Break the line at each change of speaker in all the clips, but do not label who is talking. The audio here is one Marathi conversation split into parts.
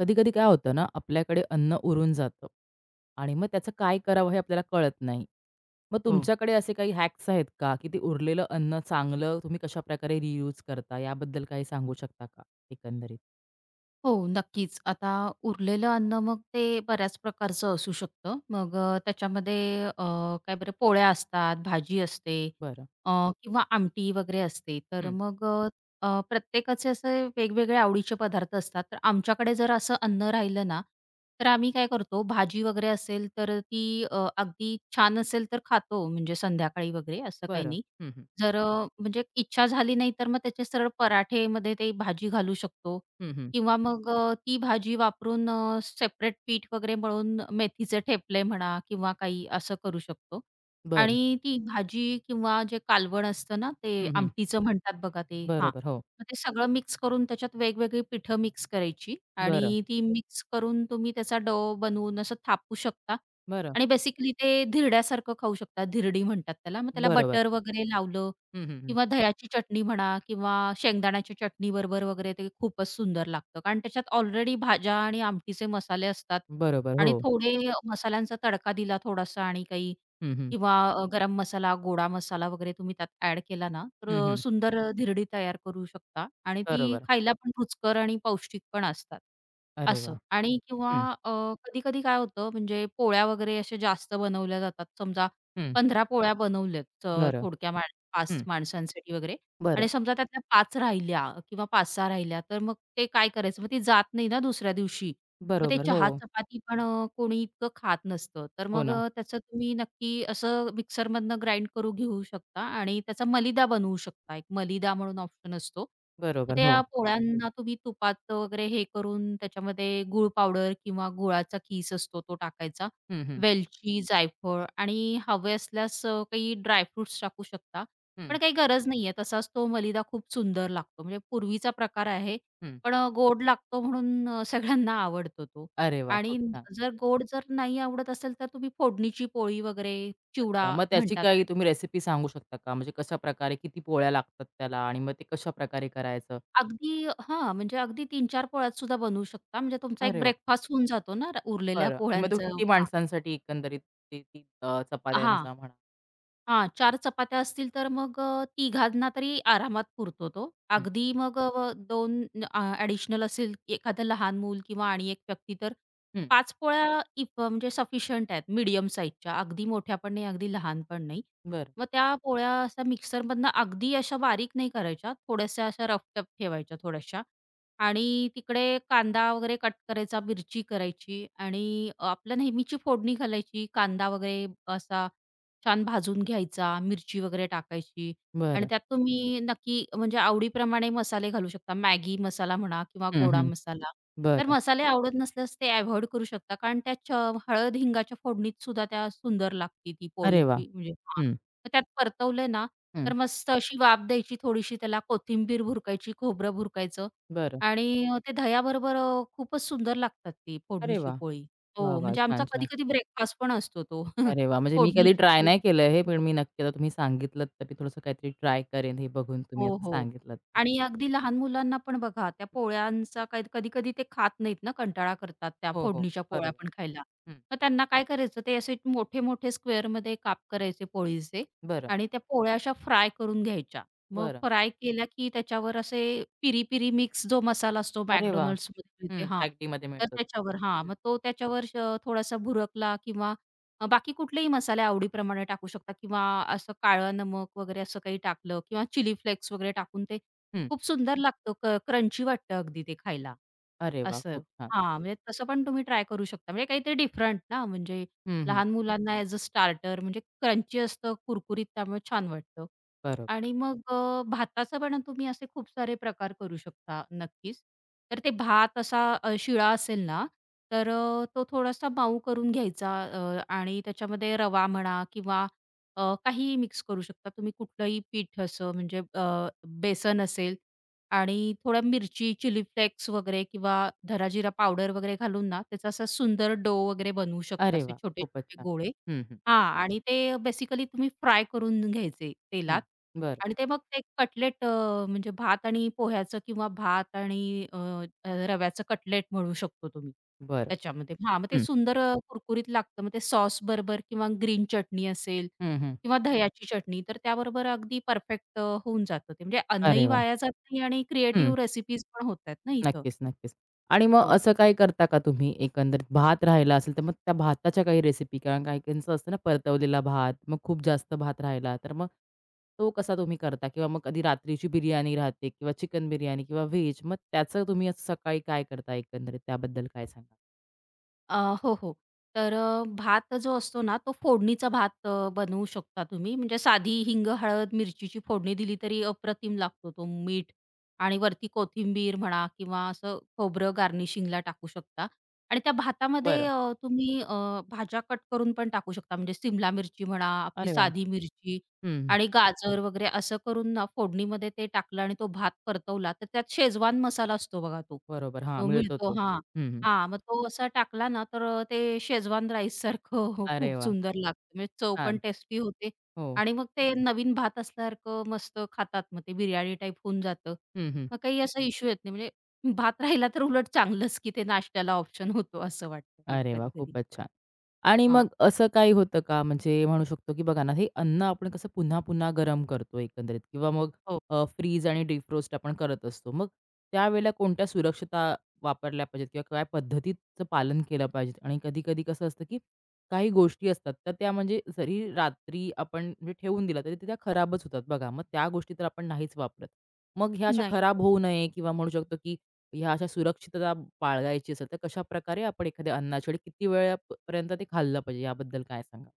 कधी-कधी काय होतं ना, आपल्याकडे अन्न उरून जातं आणि मग त्याचं काय करावं हे आपल्याला कळत नाही. मग
हो.
तुमच्याकडे असे काही हॅक्स आहेत का, की ते उरलेलं अन्न चांगलं तुम्ही कशा कशाप्रकारे रियूज करता? याबद्दल काही सांगू शकता का एकंदरीत?
हो, नक्कीच. आता उरलेलं अन्न मग ते बऱ्याच प्रकारचं असू शकतं. मग त्याच्यामध्ये अ, काय बरं पोळ्या असतात, भाजी असते
बरं.
अ, किंवा आमटी वगैरे असते. तर
हं.
मग अ, अ, प्रत्येकाचे असे वेगवेगळे आवडीचे पदार्थ असतात. तर आमच्याकडे जर असं अन्न राहिलं ना, तर आम्ही काय करतो भाजी वगैरे असेल तर ती अगदी छान असेल तर खातो म्हणजे संध्याकाळी वगैरे असं काही
बरं.
नाही.
हं, हं.
जर म्हणजे इच्छा झाली नाही तर मग त्याचे सरळ पराठेमध्ये ते भाजी घालू शकतो
हं, हं.
किंवा मग ती भाजी वापरून सेपरेट पीठ वगैरे मळून मेथीचे ठेपले म्हणा किंवा काही असं करू शकतो.
बरं.
आणि ती भाजी किंवा जे कालवण असतं ना, ते
हं, हं.
आमटीचं म्हणतात बघा ते हां.
बरोबर. हो.
मग ते सगळं मिक्स करून त्याच्यात वेगवेगळी पिठं मिक्स करायची आणि
बरं.
ती मिक्स करून तुम्ही त्याचा डो बनवून असं थापू शकता
बरं.
आणि बेसिकली ते धिरड्यासारखं खाऊ शकता. धिरडी म्हणतात त्याला. मग त्याला
बरोबर.
बटर वगैरे लावलं
हं, हं, हं.
किंवा दह्याची चटणी म्हणा किंवा शेंगदाण्याच्या चटणीबरोबर वगैरे ते खूपच सुंदर लागतं. कारण त्याच्यात ऑलरेडी भाज्या आणि आमटीचे मसाले असतात
बरोबर.
आणि
हो.
थोडे मसाल्यांचा तडका दिला थोडासा आणि काही
हं, हं.
किंवा गरम मसाला, गोडा मसाला वगैरे तुम्ही त्यात ॲड केला ना, तर
हं, हं.
सुंदर धिरडी तयार करू शकता आणि ती
बरोबर.
खायला पण रुचकर आणि पौष्टिक पण असतात.
अरे
असं
वाह!
आणि किंवा
हं,
कधी-कधी काय होतं म्हणजे पोळ्या वगैरे अशा जास्त बनवल्या जातात. समजा
हं.
15 पोळ्या बनवल्यात
बरं.
थोडक्या 5
हं.
माणसांसाठी वगैरे
बरं.
आणि समजा त्यातल्या पाच राहिल्या किंवा 5-6 राहिल्या, तर मग ते काय करायचं? मग ती जात नाही ना दुसऱ्या दिवशी. मग ते
बरोबर. हो.
चहा-चपाती पण कोणी इतकं खात नसतं. तर
हो
मग
ना.
त्याचं तुम्ही नक्की असं मिक्सरमधनं ग्राइंड करून घेऊ शकता आणि त्याचा मलिदा बनवू शकता. एक मलिदा म्हणून ऑप्शन असतो. मग
बरोबर.
त्या
हो.
पोळ्यांना तुम्ही तुपात वगैरे हे करून त्याच्यामध्ये गूळ पावडर किंवा गुळाचा खीस असतो तो टाकायचा.
हं, हं.
वेलची, जायफळ आणि हवे असल्यास काही ड्रायफ्रुट्स टाकू शकता
हं.
पण काही गरज नाहीये. तसाच तो मलिदा खूप सुंदर लागतो. म्हणजे पूर्वीचा प्रकार आहे.
हं.
पण गोड लागतो म्हणून सगळ्यांना आवडतो तो.
अरे वा,
आणि
खूप छान.
जर गोड जर नाही आवडत असेल, तर तुम्ही फोडणीची पोळी वगैरे,
अच्छा,
चिवडा
मग त्याची
म्हणतात
काही
त्याला.
तुम्ही रेसिपी सांगू शकता का? म्हणजे कशाप्रकारे किती पोळ्या लागतात त्याला आणि मग ते कशाप्रकारे करायचं?
अगदी हां, म्हणजे अगदी 3-4 पोळ्यात सुद्धा बनवू शकता. म्हणजे तुमचा एक
अरे वा,
ब्रेकफास्ट होऊन जातो ना उरलेल्या
बरं आणि मग तो
पोळ्यांचं.
किती माणसांसाठी एकंदरीत ते ती
हां.
चपात्यांचा म्हणा?
हां, 4 चपात्या असतील तर मग तिघांना तरी आरामात पुरतो तो.
हं,
अगदी मग 2 ॲडिशनल असेल एखादं लहान मूल किंवा आणि एक व्यक्ती तर
हं.
पाच पोळ्या इफ म्हणजे सफिशियंट आहेत मीडियम साईजच्या. अगदी मोठ्या पण नाही, अगदी लहान पण नाही.
बरं,
मग त्या पोळ्या अशा मिक्सरमधनं अगदी अशा बारीक नाही करायच्या. थोड्याशा अशा रफटफ ठेवायच्या थोड्याशा आणि तिकडे कांदा वगैरे कट करायचा, मिरची करायची आणि आपलं नेहमीची फोडणी घालायची. कांदा वगैरे असा छान भाजून घ्यायचा, मिरची वगैरे टाकायची आणि
बरं.
त्यात तुम्ही नक्की म्हणजे आवडीप्रमाणे मसाले घालू शकता. मॅगी मसाला म्हणा किंवा
हं,
गोडा
हं.
मसाला. तर
बरं.
मसाले आवडत नसल्यास ते अव्हॉइड करू शकता. कारण त्या च हळद, हिंगाच्या फोडणीत सुद्धा त्या सुंदर लागते ती
अरे वाह!
पोळीची म्हणजे हां.
हं,
तर त्यात परतवले ना,
हं.
तर मस्त अशी वाफ द्यायची थोडीशी त्याला कोथिंबीर भुरकायची, खोबरं भुरकायचं
बरं.
आणि ते दह्याबरोबर खूपच सुंदर लागतात ती
अरे
फोडणीची
वाह!
पोळी. हो,
वाह, वाह!
म्हणजे आमचा
छान, छान.
कधी-कधी ब्रेकफास्ट पण असतो तो.
अरे वाह! म्हणजे मी कधी
फोडणीची
ट्राय
पोळी.
नाही केलं हे, पण मी नक्की आता तुम्ही सांगितलत तर मी थोडंसं काहीतरी ट्राय करेन हे बघून तुम्ही
हो,
आता
हो.
सांगितलत
आणि अगदी लहान मुलांना पण बघा त्या पोळ्यांचा काही कधी-कधी ते खात नाहीत ना, कंटाळा करतात त्या
हो, हो.
फोडणीच्या पोळ्या
बरोबर.
पण खायला.
हं.
मग त्यांना काय करायचं ते असे मोठे-मोठे स्क्वेअरमध्ये काप करायचे पोळीचे
बरं,
आणि त्या पोळ्या अशा फ्राय करून घ्यायच्या. मग
बरं.
फ्राय केल्या की त्याच्यावर असे पिरी-पिरी मिक्स जो मसाला असतो
अरे वाह!
McDonald'sमध्ये मिळते
हं,
हां,
पॅकेटमध्ये
तर
मिळतो तो.
त्याच्यावर हां,
हं,
मग तो त्याच्यावर श थोडासा भुरकला किंवा बाकी कुठलेही मसाले आवडीप्रमाणे टाकू शकता किंवा असं काळं नमक वगैरे असं काही टाकलं किंवा चिली फ्लेक्स वगैरे टाकून ते
हं.
खूप सुंदर लागतं. क्रंची वाटतं अगदी ते खायला.
अरे वाह!
असं.
खूप छान.
हां, म्हणजे तसं पण तुम्ही ट्राय करू शकता. म्हणजे काहीतरी डिफरंट ना, म्हणजे
हं, हं.
लहान मुलांना ॲज अ स्टार्टर म्हणजे क्रंची असतं, कुरकुरीत त्यामुळे छान वाटतं.
बरोबर.
आणि मग भाताचा पण तुम्ही असे खूप सारे प्रकार करू शकता नक्कीच. तर ते भात असा शिळा असेल ना, तर तो थोडासा माऊ करून घ्यायचा आणि त्याच्यामध्ये रवा म्हणा किंवा काहीही मिक्स करू शकता. तुम्ही कुठलंही पीठ असं म्हणजे बेसन असेल आणि थोड्या मिरची, चिली फ्लेक्स वगैरे किंवा धना जिरा पावडर वगैरे घालून ना, त्याचा असा सुंदर डो वगैरे बनवू शकता,
अरे
असे
वाह! खूपच
छोटे-छोटे
छान.
गोळे.
हं, हं,
हां आणि ते बेसिकली तुम्ही फ्राय करून घ्यायचे तेलात
हं. बरं,
आणि ते मग ते कटलेट म्हणजे भात आणि पोह्याचं किंवा भात आणि अ, अ, रव्याचं कटलेट म्हणू शकतो तुम्ही
बरं.
त्याच्यामध्ये. हां, मग ते
हं,
सुंदर कुरकुरीत लागतं. मग ते सॉसबरोबर किंवा ग्रीन चटणी असेल
हं, हं.
किंवा दह्याची चटणी, तर त्याबरोबर अगदी परफेक्ट होऊन जातं ते. म्हणजे
अरे
अन्नही
वाह!
वाया जात नाही आणि
हं.
क्रिएटिव्ह रेसिपीज पण होत आहेत ना इथं.
नक्कीच, नक्कीच. आणि मग
हो.
असं काही करता का तुम्ही एकंदरीत भात राहिला असेल, तर मग त्या भाताच्या काही रेसिपी कारण काही-काहींचं असतं ना परतवलेला भात, मग खूप जास्त भात राहिला, तर मग तो कसा तुम्ही करता? किंवा मग कधी रात्रीची बिर्याणी राहते किंवा चिकन बिर्याणी किंवा व्हेज, मग त्याचं तुम्ही असं सकाळी काय करता एकंदरीत त्याबद्दल काय सांगाल?
अ, हो, हो. तर भात जो असतो ना, तो फोडणीचा भात बनवू शकता तुम्ही. म्हणजे साधी हिंग, हळद, मिरचीची फोडणी दिली तरी अप्रतिम लागतो तो. मीठ आणि वरती कोथिंबीर म्हणा किंवा असं खोबरं गार्निशिंगला टाकू शकता. आणि त्या भातामध्ये
बरं.
तुम्ही भाज्या कट करून पण टाकू शकता. म्हणजे सिमला मिरची म्हणा, आपली
अरे वाह!
साधी मिरची
हं.
आणि गाजर वगैरे असं करून ना फोडणीमध्ये ते टाकलं आणि तो भात परतवला, तर त्यात शेजवान मसाला असतो बघा तो.
बरोबर. हां,
तो
मिळतो
मिळतो
तो.
हां.
हं, हं.
हां, मग तो असा टाकला ना, तर ते शेजवान राईससारखं हो,
अरे
खूप
वाह!
सुंदर लागतं. म्हणजे चव पण
छान.
टेस्टी होते
हो.
आणि मग ते नवीन भात असल्यासारखं मस्त खातात. मग ते बिर्याणी टाईप होऊन जातं.
हं, हं.
मग काही असा इश्यू येत नाही. म्हणजे भात राहिला तर उलट चांगलंच, की ते नाश्त्याला ऑप्शन होतो असं वाटतं मग
अरे वाह!
कधी-कधी.
खूपच छान. आणि
हां,
मग असं काही होतं का? म्हणजे म्हणू शकतो, की बघा ना, हे अन्न आपण कसं पुन्हा-पुन्हा गरम करतो एकंदरीत किंवा मग
हो.
फ्रीज आणि डिफ्रोस्ट आपण करत असतो. मग त्यावेळेला कोणत्या सुरक्षता वापरल्या पाहिजेत किंवा काय पद्धतीचं पालन केलं पाहिजे? आणि कधी-कधी कसं असतं, की काही गोष्टी असतात, तर त्या म्हणजे जरी रात्री आपण म्हणजे ठेवून दिल्या, तरी त्या खराबच होतात बघा. मग त्या गोष्टी तर आपण नाहीच वापरत. मग ह्या अशा
नाही.
खराब होऊ नये किंवा म्हणू शकतो, की ह्या अशा सुरक्षितता बाळगायची असेल, तर कशाप्रकारे आपण एखाद्या अन्नाची आणि किती वेळापर्यंत ते खाल्लं पाहिजे याबद्दल काय सांगाल?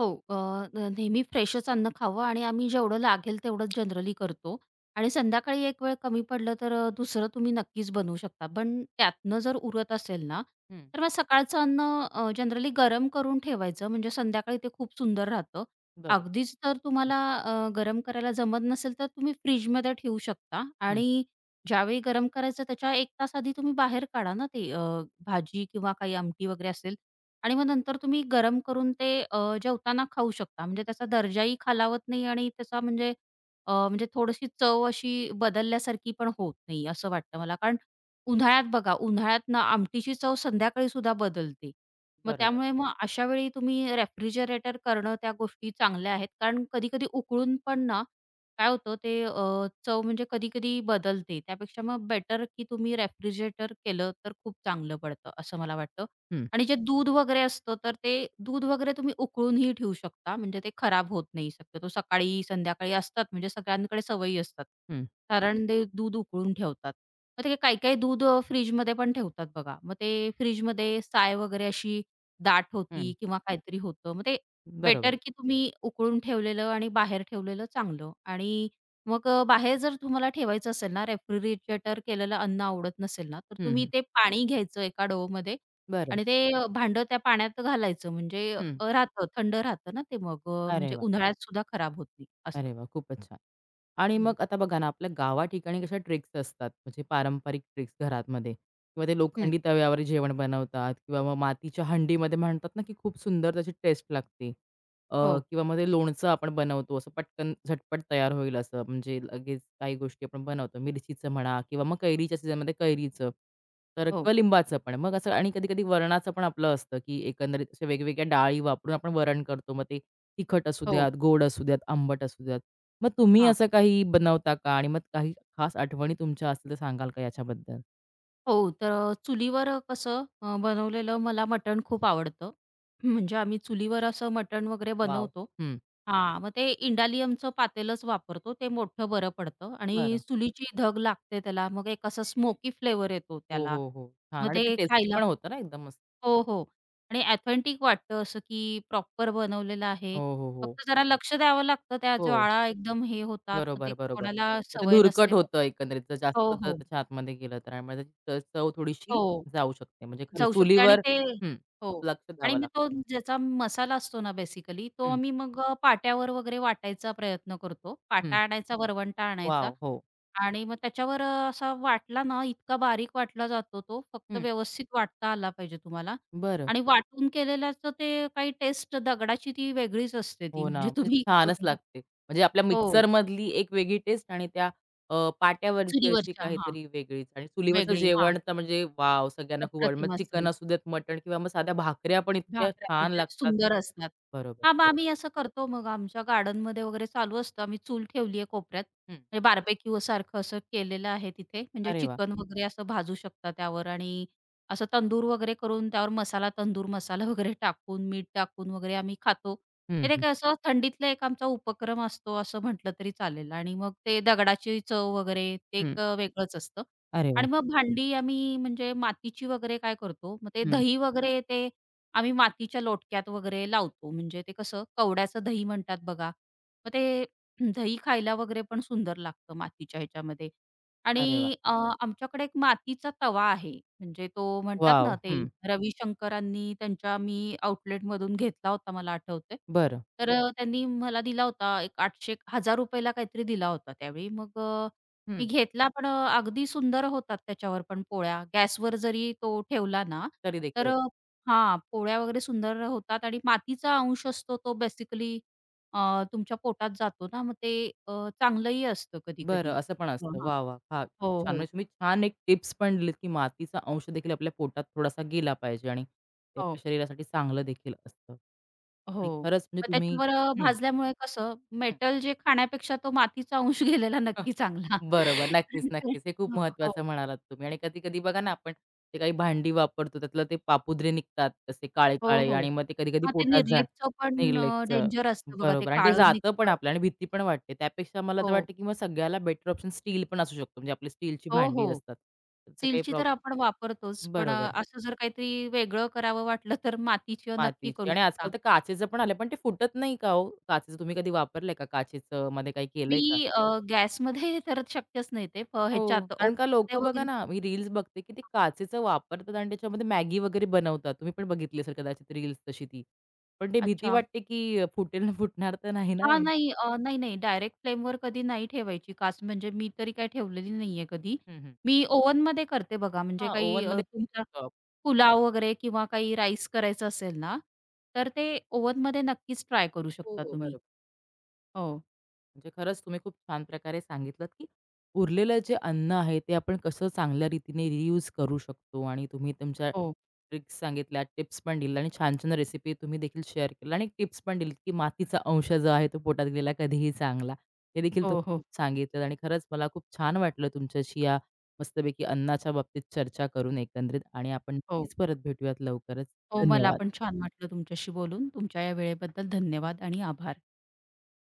हो. अ, न नेहमी फ्रेशच अन्न खावं आणि आम्ही जेवढं लागेल तेवढंच जनरली करतो आणि संध्याकाळी एक वेळ कमी पडलं तर दुसरं तुम्ही नक्कीच बनवू शकता. पण त्यातनं जर उरत असेल ना,
हं,
तर मग सकाळचं अन्न जनरली गरम करून ठेवायचं म्हणजे संध्याकाळी ते खूप सुंदर राहतं.
बरोबर.
अगदीच जर
हं,
तुम्हाला गरम करायला जमत नसेल तर तुम्ही फ्रिजमध्ये ठेवू शकता
हं,
आणि ज्यावेळी गरम करायचं त्याच्या 1 तास आधी तुम्ही बाहेर काढा ना ते भाजी किंवा काही आमटी वगैरे असते आणि मग नंतर तुम्ही गरम करून ते जेवताना खाऊ शकता. म्हणजे त्याचा दर्जाही खालावत नाही आणि त्याचा म्हणजे म्हणजे थोडीशी चव अशी बदलल्यासारखी पण होत नाही, असं वाटतं मला. कारण उन्हाळ्यात बघा, उन्हाळ्यात ना आमटीची चव संध्याकाळी सुद्धा बदलते. मग
बरोबर.
त्यामुळे मग अशा वेळी तुम्ही रेफ्रिजरेटर करणं त्या गोष्टी चांगल्या आहेत. कारण कधी-कधी उकळून पण ना काय होतं ते चव म्हणजे कधी-कधी बदलते. त्यापेक्षा मग बेटर की तुम्ही रेफ्रिजरेटर केलं तर खूप चांगलं पडतं, असं मला वाटतं.
हं,
आणि जे दूध वगैरे असतं, तर ते दूध वगैरे तुम्ही उकळूनही ठेवू शकता. म्हणजे ते खराब होत नाही शक्यतो. सकाळी, संध्याकाळी असतात म्हणजे सगळ्यांकडे सवयी असतात.
हं,
कारण ते दूध उकळून ठेवतात. मग ते काही-काही दूध फ्रिजमध्ये पण ठेवतात बघा. मग ते फ्रिजमध्ये साय वगैरे अशी दाट
हं,
होती किंवा काहीतरी होतं. मग ते
बरोबर.
बेटर की तुम्ही उकळून ठेवलेलं आणि बाहेर ठेवलेलं चांगलं. आणि मग बाहेर जर तुम्हाला ठेवायचं असेल ना, रेफ्रिजरेटर केलेलं अन्न आवडत नसेल ना, तर
हं,
तुम्ही
हं.
ते पाणी घ्यायचं एका डोमध्ये
बरं.
आणि ते भांडं त्या पाण्यात घालायचं म्हणजे
हं.
राहतं, थंड राहतं ना ते मग
अरे
म्हणजे
वाह!
उन्हाळ्यात सुद्धा खराब होत नाही असं.
अरे वाह! खूपच छान. आणि
हं.
मग आता बघा ना, आपल्या गावा ठिकाणी कशा ट्रिक्स असतात, म्हणजे पारंपरिक ट्रिक्स घरामध्ये किंवा ते
हं.
लोखंडी तव्यावर जेवण बनवतात किंवा मग मातीच्या हंडीमध्ये म्हणतात ना, की खूप सुंदर त्याची टेस्ट लागते. अ,
हो,
किंवा मग ते लोणचं आपण बनवतो, असं पटकन झटपट तयार होईल असं, म्हणजे लगेच काही गोष्टी आपण बनवतो. मिरचीचं म्हणा किंवा मग कैरीच्या सीझनमध्ये कैरीचं, तर
हो,
किंवा लिंबाचं पण. मग असं आणि कधी-कधी वरणाचं पण आपलं असतं, की एकंदरीत अशा वेगवेगळ्या डाळी वापरून आपण वरण करतो. मग ते तिखट असू
हो.
द्यात, गोड असू द्यात, आंबट असू द्यात. मग तुम्ही
हां.
असं काही बनवता का? आणि मग काही खास आठवणी तुमच्या असतील तर सांगाल का याच्याबद्दल?
हो, तर चुलीवर कसं बनवलेलं मला मटण खूप आवडतं. म्हणजे आम्ही चुलीवर असं मटण वगैरे
वॉव!
बनवतो.
हं.
हां, मग ते इंडालियमचं पातेलच वापरतो. ते मोठं बरं पडतं आणि
बरं.
चुलीची धग लागते त्याला. मग एक असा स्मोकी फ्लेवर येतो
हो,
त्याला.
हो, हो. छान.
मग
आणि ते
ते
टेस्टी
खायला
पण होतं ना एकदम मस्त?
हो, हो. आणि ऑथेंटिक वाटतं असं, की प्रॉपर बनवलेलं आहे.
हो, हो, हो.
फक्त जरा लक्ष द्यावं लागतं, त्या
हो.
ज्वाळा एकदम हे होतात, मग ते
बरोबर, बरोबर.
कोणाला
तर ते
सवय
धुरकट
नसते
होतं एकंदरीत जर जास्त
हो,
जर
हो.
त्याच्या आतमध्ये गेलं तर आणि मग त्याची चव थोडीशी
हो,
जाऊ शकते. म्हणजे खरं
जाऊ शकते आणि
चुलीवर
ते
हं.
हो.
लक्ष
आणि
द्यावं
मग
लागतं.
तो ज्याचा मसाला असतो ना बेसिकली, तो
हं,
आम्ही मग पाट्यावर वगैरे वाटायचा प्रयत्न करतो. पाटा
हं.
आणायचा, वरवंटा आणायचा
वॉव! हो.
आणि मग त्याच्यावर असा वाटला ना, इतका बारीक वाटला जातो तो, फक्त
हं.
व्यवस्थित वाटता आला पाहिजे तुम्हाला
बरं.
आणि वाटून केलेल्याचं ते काही टेस्ट दगडाची ती वेगळीच असते ती
हो ना,
म्हणजे
म्हणजे
तुम्ही
छानच
करून बघा.
लागते. म्हणजे आपल्या
हो,
मिक्सरमधली एक वेगळी टेस्ट आणि त्या अ, पाट्यावरची अशी
चुलीवरच्या हां,
काहीतरी वेगळीच आणि चुलीवरचं
वेगळी हां,
जेवण तर म्हणजे वाव सगळ्यांना खूप आवडेल. मग
अप्रतिम असते.
चिकन असू देत, मटण किंवा मग साध्या भाकऱ्या पण इतक्या
भाकऱ्या पण
छान
त्या
लागतात.
सुंदर असतात.
बरोबर,
हां, मग
बरोबर.
आम्ही असं करतो मग आमच्या गार्डनमध्ये वगैरे चालू असतं. आम्ही चूल ठेवली आहे कोपऱ्यात.
हं.
म्हणजे बार्बेक्यू सारखं असं केलेलं आहे तिथे. म्हणजे
अरे वाह!
चिकन वगैरे असं भाजू शकता त्यावर आणि असं तंदूर वगैरे करून त्यावर मसाला, तंदूर मसाला वगैरे टाकून, मीठ टाकून वगैरे आम्ही खातो.
हं,
हे ते
हं,
काय असं थंडीतला एक आमचा उपक्रम असतो असं म्हटलं तरी चालेल आणि मग ते दगडाची चव वगैरे ते
हं.
एक वेगळंच असतं
अरे वाह!
आणि मग भांडी आम्ही म्हणजे मातीची वगैरे काय करतो, मग ते
हं.
दही वगैरे ते आम्ही मातीच्या लोटक्यात वगैरे लावतो. म्हणजे ते कसं कवड्याचं दही म्हणतात बघा. मग ते दही खायला वगैरे पण सुंदर लागतं मातीच्या ह्याच्यामध्ये. आणि
अरे वाह!
अ, आमच्याकडे एक मातीचा तवा आहे. म्हणजे तो म्हणतात
वॉव!
ना ते
हं.
रविशंकरांनी त्यांच्या मी आउटलेटमधून घेतला होता मला आठवतंय.
बरं.
तर त्यांनी मला दिला होता एक 800 ₹1000 ला काहीतरी दिला होता त्यावेळी. मग मी
हं.
घेतला पण अगदी सुंदर होतात त्याच्यावर पण पोळ्या. गॅसवर जरी तो ठेवला ना,
तरी देखील
तर
होतं.
हां, पोळ्या वगैरे सुंदर होतात आणि मातीचा अंश असतो तो बेसिकली तुमच्या पोटात जातो ना, मग ते अ, चांगलंही असतं
बरं,
कधी-कधी.
असं पण असतं. वाह! वाह! हां,
हो,
खूप छान.
हो.
म्हणजे तुम्ही छान एक टिप्स पण दिलीत, की मातीचा अंश देखील आपल्या पोटात थोडासा गेला पाहिजे आणि ते
हो,
आपल्या शरीरासाठी चांगलं देखील असतं. आणि
हो.
खरंच
मग
म्हणजे तुम्ही
त्याच्यावर
हं,
भाजल्यामुळे कसं
हं.
मेटल जे खाण्यापेक्षा तो मातीचा अंश गेलेला नक्की चांगला.
बरोबर. नक्कीच, नक्कीच. हे खूप
हो,
महत्वाचं म्हणालात तुम्ही आणि कधी-कधी बघा ना, आपण ते काही भांडी वापरतो, त्यातलं ते पापुद्रे निघतात तसे
हो,
काळे-काळे
हो.
आणि मग ते कधी-कधी
हां, ते
पोटात जाण
निर्लेपचं पण
निर्लेपचं.
डेंजर असतं बघा ते
बरोबर आणि ते
काळं
जातं पण
निघतं.
आपलं आणि भीती पण वाटते. त्यापेक्षा मला तर
हो.
वाटतं, की मग सगळ्याला बेटर ऑप्शन स्टील पण असू शकतो. म्हणजे आपली स्टीलची
हो,
भांडी
हो.
असतात. त्याचं काही
स्टीलची
प्रॉब
तर आपण वापरतोच, पण
बरोबर.
असं जर काहीतरी वेगळं करावं वाटलं तर मातीची नक्की
मातीची
करू
आणि
शकता.
आजकाल तर काचेचं पण आलं, पण ते फुटत नाही का हो? काचेचं तुम्ही कधी वापरलंय का? काचेचं मध्ये काही केलंय
मी अ, गॅसमध्ये तर शक्यच नाही ते. प
हो,
ह्याच्यात
कारण का
ओव्हनमध्ये
लोकं बघा
वगैरे
ना, मी रील्स बघते, की ते काचेचं वापरतात आणि त्याच्यामध्ये मॅगी वगैरे बनवतात. तुम्ही पण बघितली असेल कदाचित रील्स तशी ती. पण ते भीती
अच्छा.
वाटते, की फुटेल ना फुटणार तर नाही ना
हां,
हे?
नाही नाही डायरेक्ट फ्लेमवर कधी नाही ठेवायची काच, म्हणजे मी तरी काही ठेवलेली नाहीये कधी.
हं, हं.
मी ओव्हनमध्ये करते बघा, म्हणजे
हां,
काही
ओव्हनमध्ये
तुमचा
हो, हो.
पुलाव वगैरे किंवा काही राईस करायचं असेल ना, तर ते ओव्हनमध्ये नक्कीच ट्राय करू शकता तुम्ही.
बरोबर.
हो,
म्हणजे खरंच तुम्ही खूप छान प्रकारे सांगितलंत, की उरलेलं जे अन्न आहे, ते आपण कसं चांगल्या रीतीने रियूज करू शकतो आणि तुम्ही तुमच्या
हो,
ट्रिक्स सांगितल्या, टिप्स पण दिल्या आणि छान-छान रेसिपी तुम्ही देखील शेअर केल्या आणि टिप्स पण दिलीत, की मातीचा अंश जो आहे तो पोटात गेला कधीही चांगला. हे देखील
हो,
तुम्ही
हो,
खूप सांगितलं आणि खरंच मला खूप छान वाटलं तुमच्याशी या मस्तपैकी अन्नाच्या बाबतीत चर्चा करून एकंदरीत आणि आपण
हो.
नक्कीच परत भेटूयात लवकरच.
हो, मला पण
धन्यवाद.
छान वाटलं तुमच्याशी बोलून. तुमच्या या वेळेबद्दल धन्यवाद आणि आभार.